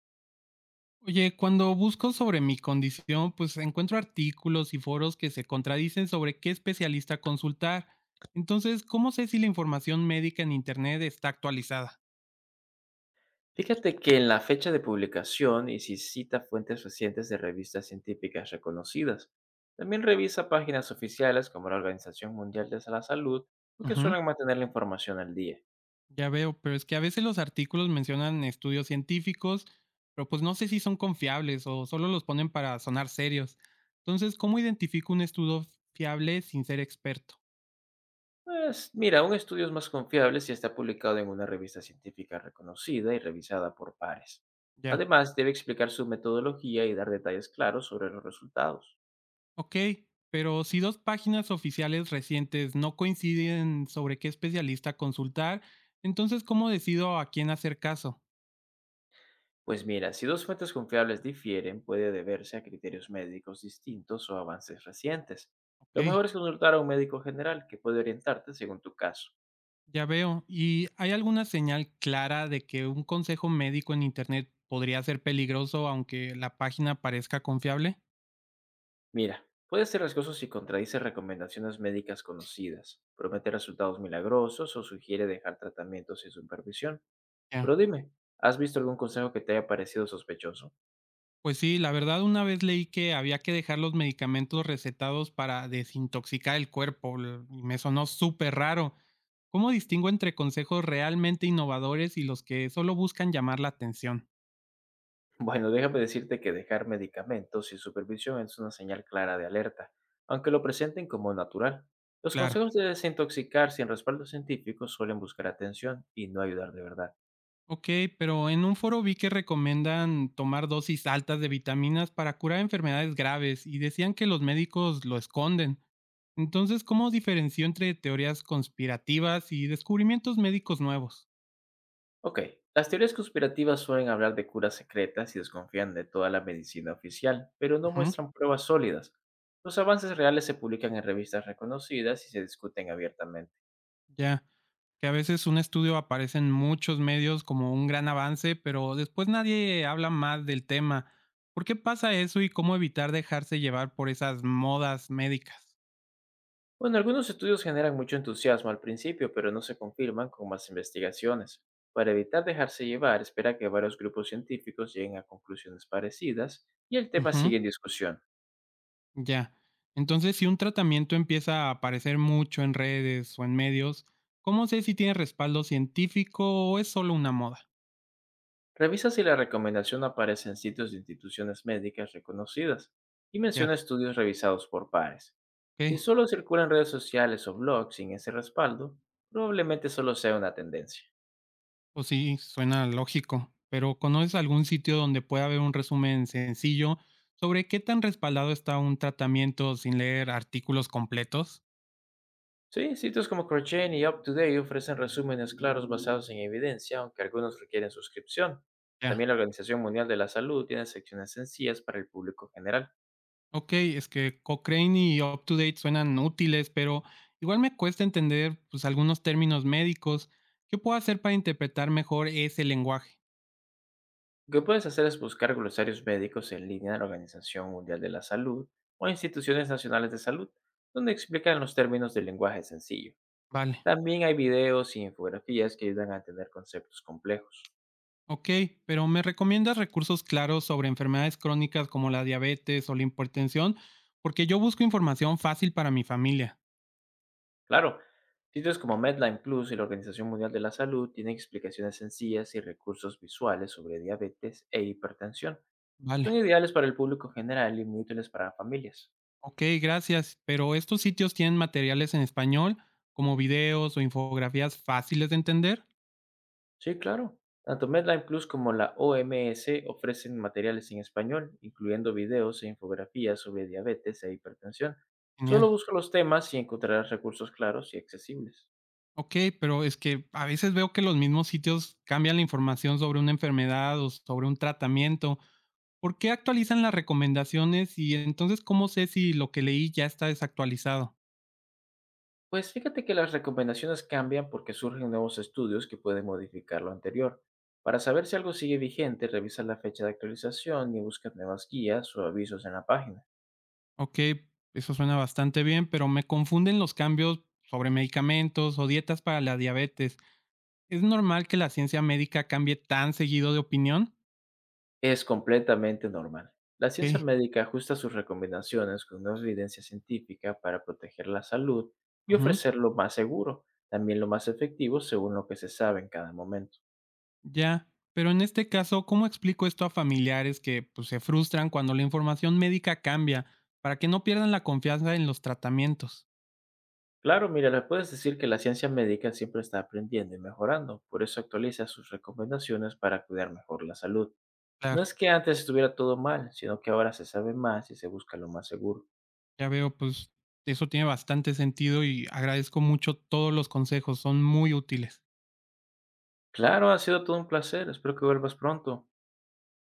Oye, cuando busco sobre mi condición, pues encuentro artículos y foros que se contradicen sobre qué especialista consultar. Entonces, ¿cómo sé si la información médica en Internet está actualizada? Fíjate que en la fecha de publicación y si cita fuentes recientes de revistas científicas reconocidas. También revisa páginas oficiales como la Organización Mundial de la Salud, porque Ujú. suelen mantener la información al día. Ya veo, pero es que a veces los artículos mencionan estudios científicos, pero pues no sé si son confiables o solo los ponen para sonar serios. Entonces, ¿cómo identifico un estudio fiable sin ser experto? Pues mira, un estudio es más confiable si está publicado en una revista científica reconocida y revisada por pares. Ya. Además, debe explicar su metodología y dar detalles claros sobre los resultados. Ok, pero si dos páginas oficiales recientes no coinciden sobre qué especialista consultar, entonces ¿cómo decido a quién hacer caso? Pues mira, si dos fuentes confiables difieren, puede deberse a criterios médicos distintos o avances recientes. Lo Ok, mejor es consultar a un médico general que puede orientarte según tu caso. ya veo. ¿Y hay alguna señal clara de que un consejo médico en Internet podría ser peligroso aunque la página parezca confiable? Mira, puede ser riesgoso si contradice recomendaciones médicas conocidas, promete resultados milagrosos o sugiere dejar tratamientos sin supervisión. Pero Ya. dime, ¿has visto algún consejo que te haya parecido sospechoso? Pues sí, la verdad una vez leí que había que dejar los medicamentos recetados para desintoxicar el cuerpo y me sonó súper raro. ¿Cómo distingo entre consejos realmente innovadores y los que solo buscan llamar la atención? Bueno, déjame decirte que dejar medicamentos sin supervisión es una señal clara de alerta, aunque lo presenten como natural. Los Claro. consejos de desintoxicar sin respaldo científico suelen buscar atención y no ayudar de verdad. Ok, pero en un foro vi que recomiendan tomar dosis altas de vitaminas para curar enfermedades graves y decían que los médicos lo esconden. Entonces, ¿cómo diferenció entre teorías conspirativas y descubrimientos médicos nuevos? Ok, las teorías conspirativas suelen hablar de curas secretas y desconfían de toda la medicina oficial, pero no Ujú. muestran pruebas sólidas. Los avances reales se publican en revistas reconocidas y se discuten abiertamente. Ya, que a veces un estudio aparece en muchos medios como un gran avance, pero después nadie habla más del tema. ¿Por qué pasa eso y cómo evitar dejarse llevar por esas modas médicas? Bueno, algunos estudios generan mucho entusiasmo al principio, pero no se confirman con más investigaciones. Para evitar dejarse llevar, espera que varios grupos científicos lleguen a conclusiones parecidas y el tema Ujú, sigue en discusión. ya. Entonces, si un tratamiento empieza a aparecer mucho en redes o en medios, ¿cómo sé si tiene respaldo científico o es solo una moda? Revisa si la recomendación aparece en sitios de instituciones médicas reconocidas y menciona Ya, estudios revisados por pares. Si ok. solo circulan redes sociales o blogs sin ese respaldo, probablemente solo sea una tendencia. Pues sí, suena lógico, pero ¿conoces algún sitio donde pueda haber un resumen sencillo sobre qué tan respaldado está un tratamiento sin leer artículos completos? Sí, sitios como Crowdchain y UpToDate ofrecen resúmenes claros basados en evidencia, aunque algunos requieren suscripción. También Ya. la Organización Mundial de la Salud tiene secciones sencillas para el público general. Ok, es que Cochrane y UpToDate suenan útiles, pero igual me cuesta entender, pues, algunos términos médicos. ¿Qué puedo hacer para interpretar mejor ese lenguaje? Lo que puedes hacer es buscar glosarios médicos en línea de la Organización Mundial de la Salud o instituciones nacionales de salud, donde explican los términos del lenguaje sencillo. Vale. También hay videos y infografías que ayudan a entender conceptos complejos. Ok, pero ¿me recomiendas recursos claros sobre enfermedades crónicas como la diabetes o la hipertensión? Porque yo busco información fácil para mi familia. Claro, sitios como Medline Plus y la Organización Mundial de la Salud tienen explicaciones sencillas y recursos visuales sobre diabetes e hipertensión. Son Vale. ideales para el público general y muy útiles para familias. Ok, gracias. Pero estos sitios tienen materiales en español, como videos o infografías fáciles de entender. Sí, claro. Tanto Medline Plus como la OMS ofrecen materiales en español, incluyendo videos e infografías sobre diabetes e hipertensión. Genial. Solo busca los temas y encontrarás recursos claros y accesibles. Ok, pero es que a veces veo que los mismos sitios cambian la información sobre una enfermedad o sobre un tratamiento. ¿Por qué actualizan las recomendaciones y entonces cómo sé si lo que leí ya está desactualizado? Pues fíjate que las recomendaciones cambian porque surgen nuevos estudios que pueden modificar lo anterior. Para saber si algo sigue vigente, revisa la fecha de actualización y busca nuevas guías o avisos en la página. Ok, eso suena bastante bien, pero me confunden los cambios sobre medicamentos o dietas para la diabetes. ¿Es normal que la ciencia médica cambie tan seguido de opinión? Es completamente normal. La ciencia Ok. médica ajusta sus recomendaciones con nueva evidencia científica para proteger la salud y Ujú, ofrecer lo más seguro, también lo más efectivo según lo que se sabe en cada momento. ya. Pero en este caso, ¿cómo explico esto a familiares que, pues, se frustran cuando la información médica cambia para que no pierdan la confianza en los tratamientos? Claro, mira, les puedes decir que la ciencia médica siempre está aprendiendo y mejorando, por eso actualiza sus recomendaciones para cuidar mejor la salud. No Claro, es que antes estuviera todo mal, sino que ahora se sabe más y se busca lo más seguro. ya veo, pues eso tiene bastante sentido y agradezco mucho todos los consejos, son muy útiles. Claro, ha sido todo un placer, espero que vuelvas pronto.